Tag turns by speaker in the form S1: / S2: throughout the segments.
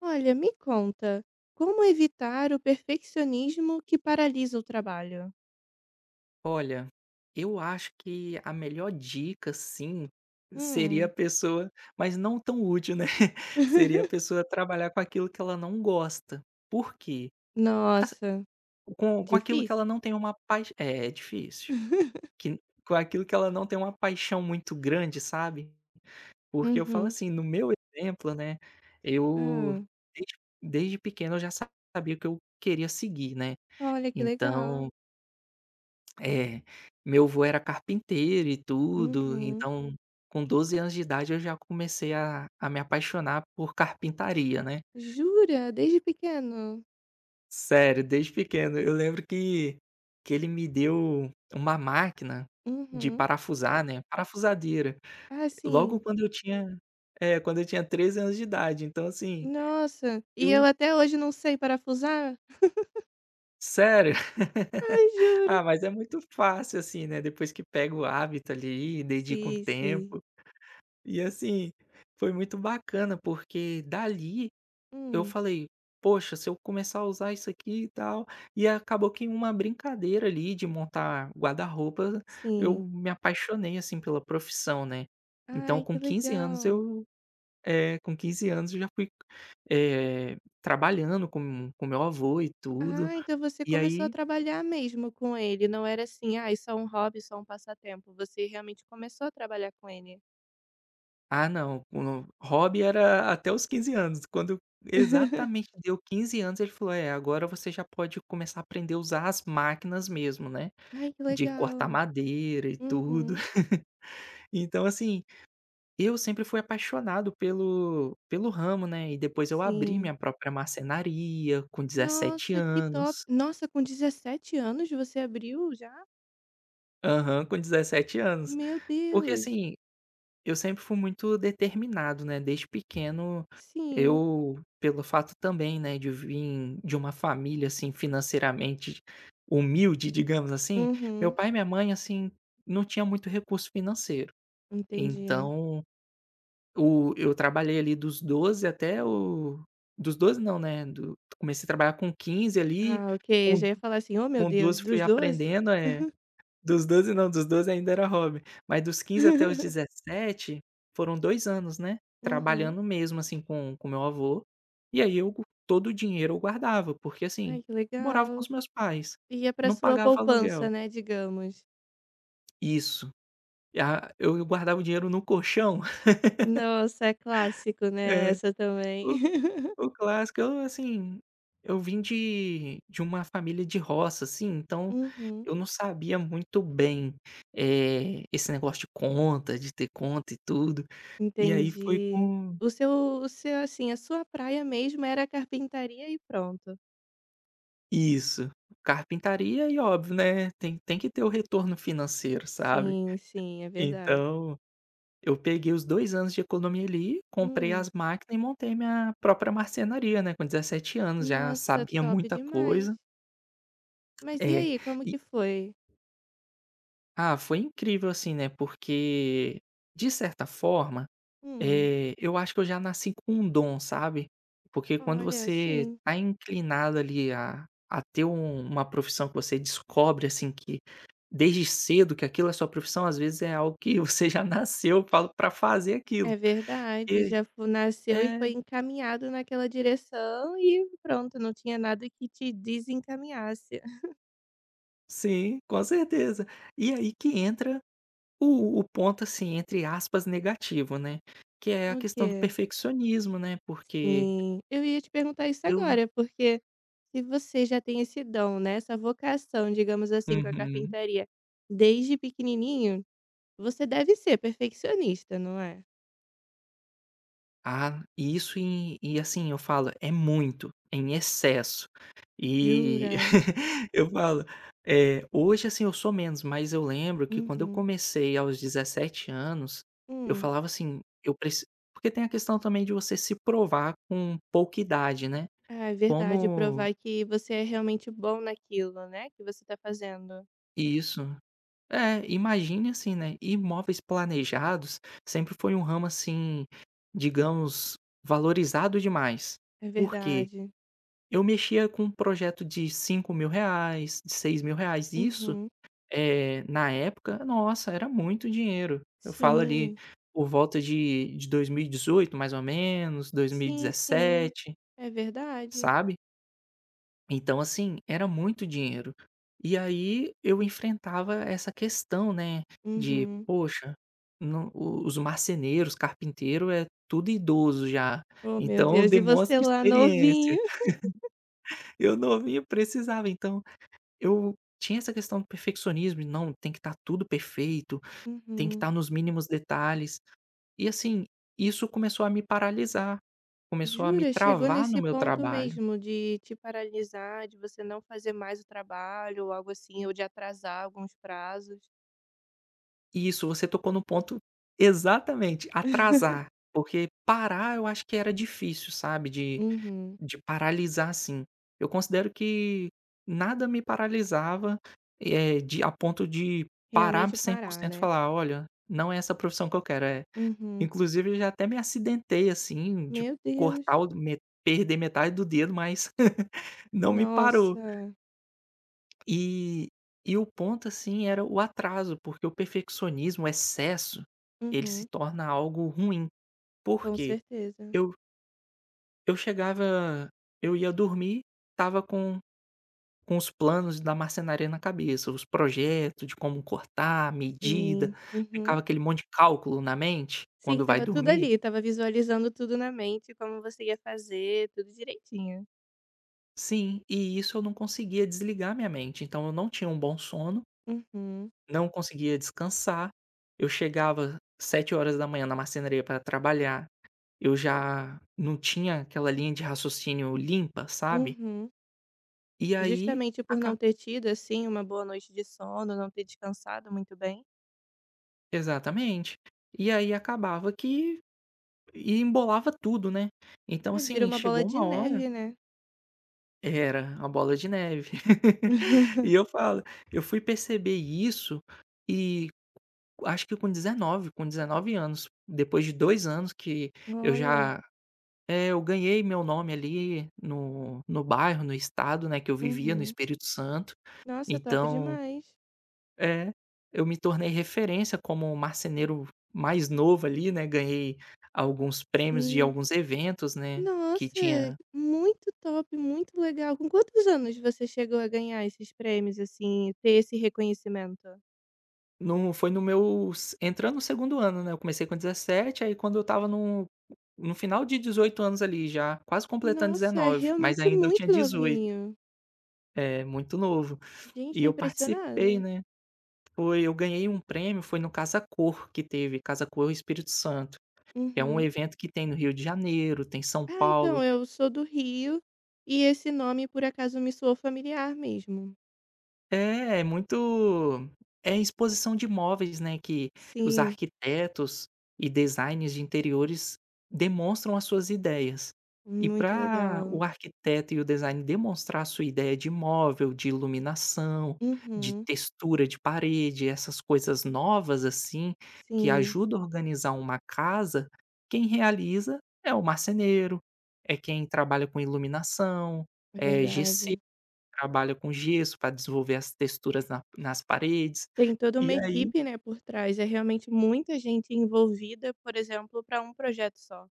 S1: Olha, me conta, como evitar o perfeccionismo que paralisa o trabalho?
S2: Olha, eu acho que a melhor dica, sim, seria a
S1: Hum.
S2: pessoa mas não tão útil, né, seria a pessoa trabalhar com aquilo que ela não gosta. Por quê? Assi
S1: Nossa,
S2: com aquilo que ela
S1: difícil.
S2: não tem uma paix é difícil. Que Com aquilo que ela não tem uma paixão muito grande, sabe. Porque eu falo
S1: Uhum.
S2: assim, no meu exemplo, né, eu
S1: Hã.
S2: desde desde pequeno eu já sabia o que eu queria seguir, né,
S1: Olha, que
S2: então
S1: legal.
S2: É, meu avô era carpinteiro e tudo,
S1: Uhum.
S2: então Uhum. Com 12 anos de idade eu já comecei a me apaixonar por carpintaria, né.
S1: Jura? Desde pequeno?
S2: Sério, desde pequeno. Eu lembro que ele me deu uma máquina de
S1: Uhum.
S2: parafusar. Hum. Né, parafusadeira,
S1: Ah,
S2: logo
S1: sim.
S2: quando eu tinha 13 anos de idade, então assim,
S1: Nossa, e eu
S2: eu
S1: até hoje não sei parafusar?
S2: sério.
S1: Ai, juro.
S2: Ah, mas é muito fácil assim, né, depois que pega o hábito ali, dedica um
S1: Sim, sim.
S2: tempo. E assim, foi muito bacana, porque dali eu
S1: Hum,
S2: falei: "Poxa, se eu começar a usar isso aqui e tal", e acabou que em uma brincadeira ali de montar guarda-roupa, eu
S1: sim.
S2: me apaixonei, assim, pela profissão, né. Então
S1: Ai, que legal.
S2: com 15 anos eu já fui, eh, trabalhando com meu avô e tudo,
S1: Ah, então você
S2: e
S1: começou a
S2: aí
S1: trabalhar mesmo com ele, não era assim: ah, isso é um hobby, só um passatempo", você realmente começou a trabalhar com ele.
S2: ah não, o no- hobby era até os 15 anos, quando exatamente deu 15 anos ele falou: "É, agora você já pode começar a aprender a usar as máquinas mesmo, né,
S1: Ai, que
S2: de cortar
S1: legal.
S2: madeira e tudo".
S1: Uhum,
S2: Então assim, eu sempre fui apaixonado pelo ramo, né, e depois eu abri
S1: sim.
S2: minha própria marcenaria com 17
S1: Nossa, que top.
S2: anos.
S1: Nossa, com 17 anos você abriu já?
S2: Aham, com 17 anos.
S1: Meu
S2: Porque
S1: Deus.
S2: assim, eu sempre fui muito determinado, né, desde pequeno
S1: Sim.
S2: eu pelo fato também, né, de vir de uma família, assim, financeiramente humilde, digamos assim, meu
S1: Uhum,
S2: pai e minha mãe, assim, não tinha muito recurso financeiro.
S1: entendi.
S2: Então, o eu trabalhei ali dos 12 não, né, do comecei a trabalhar com 15 ali,
S1: Ah, ok, eu
S2: com
S1: já ia falar assim: "Oh, meu
S2: com
S1: Deus,
S2: 12 fui
S1: dos 12?"
S2: aprendendo. Dos 12 não, dos 12 ainda era hobby, mas dos 15 até os 17 foram 2 anos, né,
S1: Uhum.
S2: trabalhando mesmo, assim, com meu avô, e aí eu todo o dinheiro eu guardava, porque, assim,
S1: Ai, que
S2: morava com
S1: legal.
S2: os meus pais,
S1: Ia pra
S2: não
S1: sua
S2: pagava aluguel.
S1: poupança, né, digamos.
S2: Isso, a eu guardava o dinheiro no colchão.
S1: Nossa, é clássico, né,
S2: É,
S1: essa também.
S2: o o clássico, assim, eu vim de uma família de roça, assim, então
S1: Uhum,
S2: eu não sabia muito bem, esse negócio de conta, de ter conta e tudo. E aí foi
S1: entendi.
S2: com
S1: O seu assim, a sua praia mesmo era a carpintaria e pronto.
S2: isso, carpintaria e óbvio, né, tem que ter o retorno financeiro, sabe.
S1: Sim, sim, é verdade.
S2: Então, eu peguei os 2 anos de economia ali, comprei
S1: Hum,
S2: as máquinas e montei minha própria marcenaria, né, com 17 anos, já
S1: nossa,
S2: sabia
S1: top
S2: muita coisa.
S1: demais. Mas e
S2: É.
S1: aí, como que
S2: E
S1: foi?
S2: foi incrível assim, né, porque, de certa forma
S1: Hum,
S2: Eu acho que eu já nasci com um dom, sabe. Porque quando
S1: olha,
S2: você
S1: sim,
S2: tá inclinado ali a ter uma profissão que você descobre, assim, que desde cedo que aquilo é sua profissão, às vezes é algo que você já nasceu, falo, pra fazer aquilo.
S1: é verdade,
S2: Porque
S1: já fo nasceu e
S2: É,
S1: foi encaminhado naquela direção e pronto, não tinha nada que te desencaminhasse.
S2: sim, com certeza. E aí que entra o ponto, assim, entre aspas, negativo, né, que é a
S1: O
S2: questão do
S1: quê?
S2: perfeccionismo, né, porque
S1: Sim, eu ia te perguntar isso
S2: eu
S1: agora, porque se você já tem esse dom, né, essa vocação, digamos assim, com a
S2: uhum.
S1: carpintaria desde pequenininho, você deve ser perfeccionista, não é?
S2: Ah, e isso, e assim, eu falo, é muito, é em excesso. E
S1: Jura?
S2: eu falo, hoje, assim, eu sou menos, mas eu lembro que quando eu
S1: Uhum.
S2: comecei aos 17 anos, eu
S1: Hum.
S2: falava assim, eu preciso. Porque tem a questão também de você se provar com pouca idade, né.
S1: Ah, é verdade,
S2: Como
S1: provar que você é realmente bom naquilo, né, que você tá fazendo.
S2: Isso. É, imagine assim, né, imóveis planejados sempre foi um ramo, assim, digamos, valorizado demais.
S1: É
S2: Por quê?
S1: verdade.
S2: Eu mexia com um projeto de R$ 5.000, de R$ 6.000, isso,
S1: Uhum.
S2: na época, nossa, era muito dinheiro. Eu falo ali
S1: Sim.
S2: por volta de 2018 mais ou menos,
S1: Sim, sim.
S2: 2017,
S1: É verdade.
S2: sabe. Então assim, era muito dinheiro. E aí eu enfrentava essa questão, né, de
S1: Uhum.
S2: poxa, não, o os marceneiros, carpinteiro é tudo idoso já,
S1: Oh, meu
S2: então
S1: Deus, e você
S2: demonstra
S1: lá novinho?
S2: experiência. Eu novinho precisava, então eu tinha essa questão do perfeccionismo e não, tem que estar tudo perfeito, tem que
S1: Uhum.
S2: estar nos mínimos detalhes. E assim, isso começou a me paralisar, começou a me
S1: Jura? Chegou
S2: travar no
S1: nesse
S2: meu
S1: ponto
S2: trabalho.
S1: mesmo de te paralisar, de você não fazer mais o trabalho ou algo assim, ou de atrasar alguns prazos?
S2: E isso, você tocou no ponto exatamente, atrasar. Porque parar eu acho que era difícil, sabe,
S1: Uhum.
S2: de paralisar assim. Eu considero que nada me paralisava, eh, de a ponto de parar
S1: Realmente parar,
S2: 100% e
S1: né?
S2: falar: "Olha, não é essa profissão que eu quero, é".
S1: Uhum.
S2: Inclusive eu já até me acidentei, assim, de
S1: Meu
S2: cortar
S1: Deus.
S2: o me perder metade do dedo, mas não me parou.
S1: Nossa.
S2: E o ponto, assim, era o atraso, porque o perfeccionismo, o excesso, ele se
S1: Uhum.
S2: torna algo ruim. Por
S1: Com
S2: quê?
S1: certeza.
S2: Eu eu chegava, eu ia dormir, tava com os planos da marcenaria na cabeça, os projetos de como cortar, medida,
S1: Sim. Uhum.
S2: ficava aquele monte de cálculo na mente
S1: Sim,
S2: quando vai
S1: tava tudo
S2: dormir.
S1: ali, tava visualizando tudo na mente, como você ia fazer, tudo direitinho.
S2: Sim, e isso eu não conseguia desligar minha mente, então eu não tinha um bom sono,
S1: Uhum.
S2: não conseguia descansar, eu chegava 7 horas da manhã na marcenaria para trabalhar, eu já não tinha aquela linha de raciocínio limpa, sabe,
S1: Uhum.
S2: e aí
S1: Justamente por
S2: aca
S1: não ter tido, assim, uma boa noite de sono, não ter descansado muito bem.
S2: exatamente. E aí acabava que e embolava tudo, né. Então,
S1: Ai, vira
S2: assim,
S1: uma bola
S2: chegou
S1: de
S2: uma hora
S1: neve, né.
S2: era, a bola de neve. E eu falo, eu fui perceber isso e acho que com 19, com 19 anos. Depois de 2 anos que eu
S1: Olha.
S2: já eu ganhei meu nome ali no bairro, no estado, né, que eu vivia, no
S1: Uhum.
S2: Espírito Santo.
S1: Nossa, top
S2: Então
S1: demais.
S2: é, eu me tornei referência como marceneiro mais novo ali, né, ganhei alguns prêmios de
S1: Sim.
S2: alguns eventos, né, que
S1: Nossa,
S2: tinha.
S1: muito top, muito legal. Com quantos anos você chegou a ganhar esses prêmios, assim, ter esse reconhecimento?
S2: Não, foi no meu s entrando no segundo ano, né, eu comecei com 17 aí quando eu estava no no final de 18 anos ali já, quase completando
S1: Nossa, é
S2: 19, mas
S1: realmente
S2: ainda eu tinha
S1: muito
S2: 18.
S1: novinho.
S2: É, muito novo.
S1: Gente,
S2: E
S1: tô
S2: eu
S1: impressionada.
S2: participei, né. Foi, eu ganhei um prêmio, foi no Casa Cor que teve, Casa Cor Espírito Santo, que é um
S1: Uhum.
S2: evento que tem no Rio de Janeiro, tem São
S1: Ah,
S2: Paulo.
S1: então, eu sou do Rio e esse nome, por acaso, me soou familiar mesmo.
S2: É, muito a exposição de móveis, né, que os
S1: Sim,
S2: arquitetos e designers de interiores demonstram as suas ideias. E
S1: muito
S2: para
S1: legal.
S2: o arquiteto e o design demonstrar a sua ideia de móvel, de iluminação, de
S1: Uhum.
S2: textura de parede, essas coisas novas, assim, que
S1: Sim.
S2: ajudam a organizar uma casa, quem realiza é o marceneiro, é quem trabalha com iluminação,
S1: É
S2: é gesseiro
S1: verdade.
S2: trabalha com gesso para desenvolver as texturas na nas paredes.
S1: Tem toda uma
S2: E aí
S1: equipe, né, por trás. É realmente muita gente envolvida, por exemplo, para um projeto só.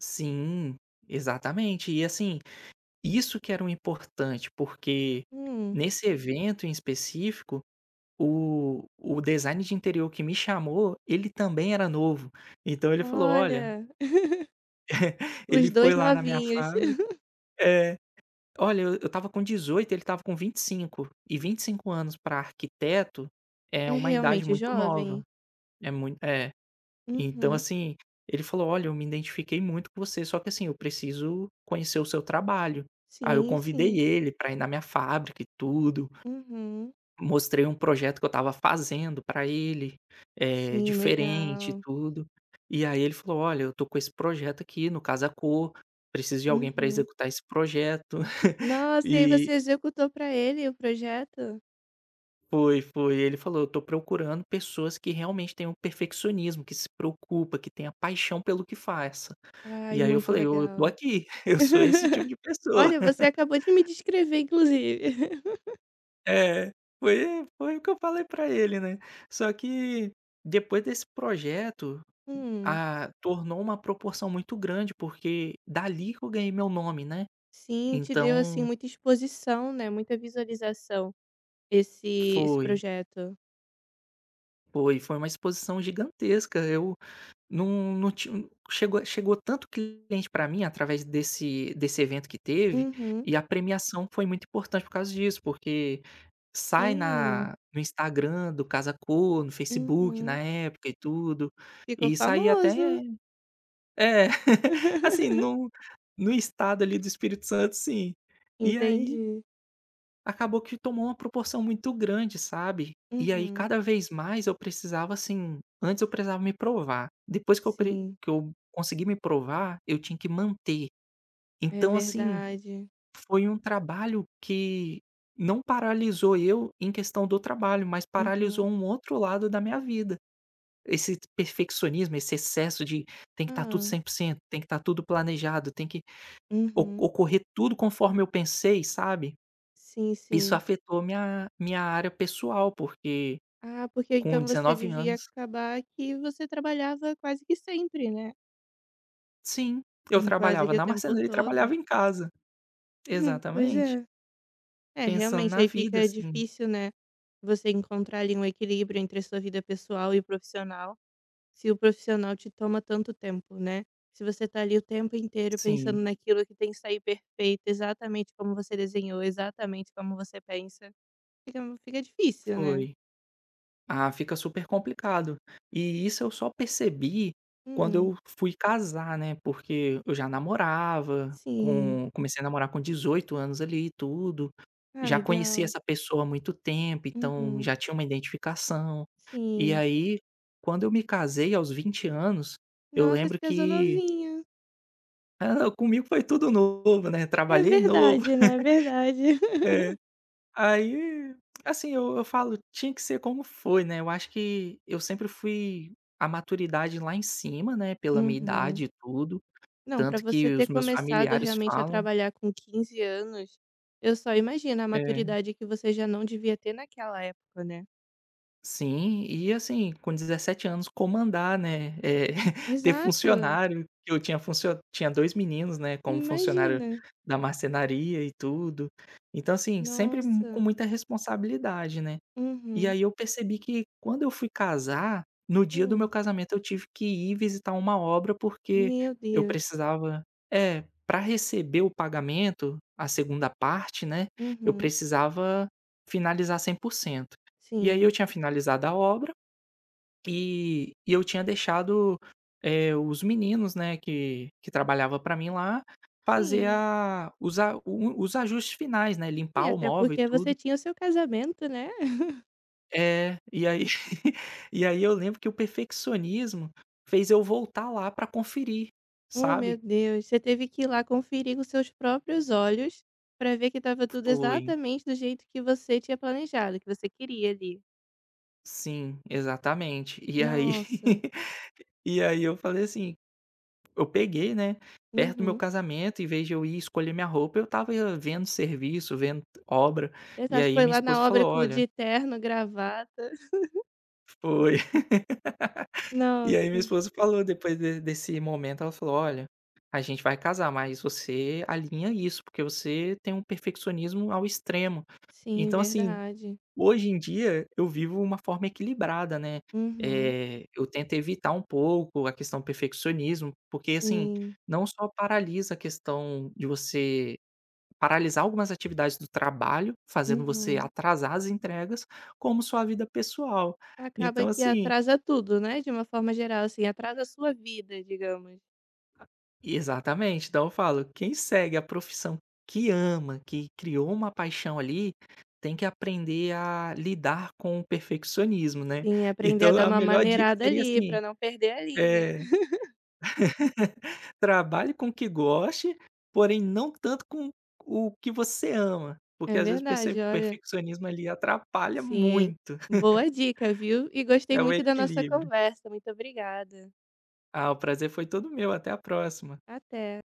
S2: sim, exatamente. E assim, isso que era o importante, porque
S1: Hum,
S2: nesse evento em específico, o design de interior que me chamou, ele também era novo. Então ele falou: "Olha".
S1: olha, os
S2: Ele foi
S1: dois
S2: lá na minha
S1: novinhos.
S2: fábrica é. "Olha, eu estava com 18, ele estava com 25". E 25 anos para arquiteto é
S1: É
S2: uma idade
S1: realmente
S2: muito nova.
S1: jovem?
S2: É muito. Então,
S1: Uhum.
S2: assim, ele falou: "Olha, eu me identifiquei muito com você, só que, assim, eu preciso conhecer o seu trabalho". Aí eu
S1: Sim,
S2: convidei
S1: sim.
S2: ele para ir na minha fábrica e tudo,
S1: Uhum.
S2: mostrei um projeto que eu estava fazendo para ele,
S1: Sim,
S2: diferente e
S1: legal.
S2: tudo. E aí ele falou: "Olha, eu tô com esse projeto aqui no Casa Cor, preciso de alguém para
S1: Uhum.
S2: executar esse projeto".
S1: Nossa, e aí você
S2: E
S1: executou para ele o projeto?
S2: foi. Ele falou: "Eu tô procurando pessoas que realmente tenham perfeccionismo, que se preocupa, que tenha paixão pelo que faz".
S1: Ai,
S2: E aí eu
S1: muito
S2: falei: "Eu tô
S1: legal.
S2: aqui, eu sou esse tipo de pessoa".
S1: Olha, você acabou de me descrever, inclusive.
S2: É, foi o que eu falei pra ele, né. Só que depois desse projeto,
S1: Hum.
S2: ah, tornou uma proporção muito grande, porque dali que eu ganhei meu nome, né.
S1: Sim, te deu, assim,
S2: Então
S1: muita exposição, né, muita visualização esse esse
S2: foi,
S1: projeto.
S2: foi uma exposição gigantesca. Eu Não não ti chegou tanto cliente para mim através desse evento que teve,
S1: Uhum.
S2: e a premiação foi muito importante por causa disso, porque sai
S1: Sim.
S2: na no Instagram do Casa Cor, no Facebook na
S1: Uhum.
S2: época e tudo,
S1: Ficou
S2: e saía
S1: famoso.
S2: até é, assim, no no estado ali do Espírito Santo, sim. E aí
S1: Entendi.
S2: acabou que tomou uma proporção muito grande, sabe. E aí
S1: Uhum.
S2: cada vez mais eu precisava, assim, antes eu precisava me provar, depois que eu pre
S1: Sim,
S2: que eu consegui me provar, eu tinha que manter.
S1: é
S2: Então assim,
S1: verdade.
S2: foi um trabalho que não paralisou eu em questão do trabalho, mas
S1: Uhum.
S2: paralisou um outro lado da minha vida. Esse perfeccionismo, esse excesso de tem que estar tudo
S1: Ah.
S2: 100%, tem que estar tudo planejado, tem que o
S1: Uhum.
S2: ocorrer tudo conforme eu pensei, sabe.
S1: Sim,
S2: Isso
S1: sim.
S2: afetou minha área pessoal, porque
S1: Ah, porque
S2: com
S1: então você
S2: 19
S1: devia
S2: anos,
S1: acabar que você trabalhava quase que sempre, né,
S2: sim, eu
S1: quase
S2: trabalhava
S1: que o
S2: na
S1: tempo
S2: marcenaria e
S1: todo.
S2: trabalhava em casa.
S1: Pois
S2: Exatamente.
S1: é. É,
S2: Pensando
S1: realmente,
S2: na
S1: aí
S2: vida,
S1: fica
S2: assim.
S1: difícil, né, você encontrar ali um equilíbrio entre a sua vida pessoal e profissional, se o profissional te toma tanto tempo, né. Se você tá ali o tempo inteiro pensando
S2: Sim,
S1: naquilo que tem que sair perfeito, exatamente como você desenhou, exatamente como você pensa, fica difícil, né.
S2: foi. Ah, fica super complicado. E isso eu só percebi quando
S1: Hum,
S2: eu fui casar, né, porque eu já namorava,
S1: sim.
S2: comecei a namorar com 18 anos ali e tudo,
S1: Ah,
S2: já conheci
S1: legal.
S2: essa pessoa há muito tempo, então
S1: Uhum.
S2: já tinha uma identificação. E
S1: Sim.
S2: aí, quando eu me casei aos 20 anos, eu
S1: Nossa,
S2: lembro
S1: se casou
S2: que
S1: novinha.
S2: ah, não, comigo foi tudo novo, né,
S1: É
S2: trabalhei novo.
S1: verdade, né, É verdade.
S2: É. Aí, assim, eu falo: "Tinha que ser como foi", né, eu acho que eu sempre fui a maturidade lá em cima, né, pela minha
S1: Uhum.
S2: idade e tudo,
S1: Não, para
S2: tanto
S1: você
S2: que
S1: ter
S2: os meus
S1: começado
S2: familiares
S1: realmente a
S2: falam
S1: trabalhar com 15 anos, eu só imagino a
S2: é.
S1: maturidade que você já não devia ter naquela época, né.
S2: Sim, e assim, com 17 anos comandar, né, ter
S1: Exato.
S2: funcionário, que eu tinha 2 meninos, né, como funcionário
S1: Imagina.
S2: da marcenaria e tudo. Então assim, sempre mu
S1: Nossa.
S2: com muita responsabilidade, né. E
S1: Uhum.
S2: aí eu percebi que quando eu fui casar, no dia do meu
S1: Hum.
S2: casamento eu tive que ir visitar uma obra, porque
S1: Meu
S2: eu
S1: Deus.
S2: precisava para receber o pagamento, a segunda parte, né, eu
S1: Uhum.
S2: precisava finalizar 100%. E aí
S1: Sim.
S2: eu tinha finalizado a obra e eu tinha deixado, os meninos, né, que trabalhava para mim lá, fazer
S1: Sim.
S2: a os a o os ajustes finais, né,
S1: Sim,
S2: limpar o
S1: até
S2: móvel e
S1: porque
S2: tudo.
S1: você tinha o seu casamento, né.
S2: É, e aí e aí eu lembro que o perfeccionismo fez eu voltar lá pra conferir,
S1: Oh, meu
S2: sabe.
S1: Deus, você teve que ir lá conferir com seus próprios olhos para ver que estava tudo
S2: Foi.
S1: exatamente do jeito que você tinha planejado, que você queria ali.
S2: Sim, exatamente. E aí
S1: Nossa.
S2: e aí eu falei assim, eu peguei, né, perto do meu
S1: Uhum.
S2: casamento, em vez de eu ir escolher minha roupa, eu tava vendo serviço, vendo obra, e
S1: Exato,
S2: aí
S1: foi
S2: minha
S1: lá
S2: esposa
S1: na obra
S2: falou:
S1: com
S2: "Olha".
S1: de terno, gravata.
S2: Foi. E aí minha
S1: Nossa,
S2: esposa falou depois de desse momento, ela falou: "Olha, a gente vai casar, mas você alinha isso, porque você tem um perfeccionismo ao extremo".
S1: sim,
S2: Então, assim,
S1: verdade.
S2: hoje em dia eu vivo uma forma equilibrada, né.
S1: Uhum,
S2: Eu tento evitar um pouco a questão do perfeccionismo, porque, assim,
S1: sim,
S2: não só paralisa a questão de você paralisar algumas atividades do trabalho, fazendo você
S1: uhum.
S2: atrasar as entregas, como sua vida pessoal.
S1: Acaba
S2: Então,
S1: que
S2: assim,
S1: atrasa tudo, né, de uma forma geral, assim, atrasa a sua vida, digamos.
S2: exatamente. Então eu falo, quem segue a profissão que ama, que criou uma paixão ali, tem que aprender a lidar com o perfeccionismo, né.
S1: Sim, aprender a
S2: Então
S1: dar
S2: a
S1: uma
S2: melhor dica
S1: maneirada
S2: seria
S1: ali,
S2: assim,
S1: pra não perder a linha.
S2: eh, trabalhe com o que goste, porém não tanto com o que você ama, porque
S1: É
S2: às vezes o
S1: verdade,
S2: perce
S1: olha.
S2: perfeccionismo ali atrapalha
S1: Sim,
S2: muito,
S1: boa dica, viu. E gostei
S2: é o
S1: muito da nossa
S2: equilíbrio.
S1: conversa, muito obrigada.
S2: Ah, o prazer foi todo meu, até a próxima.
S1: Até.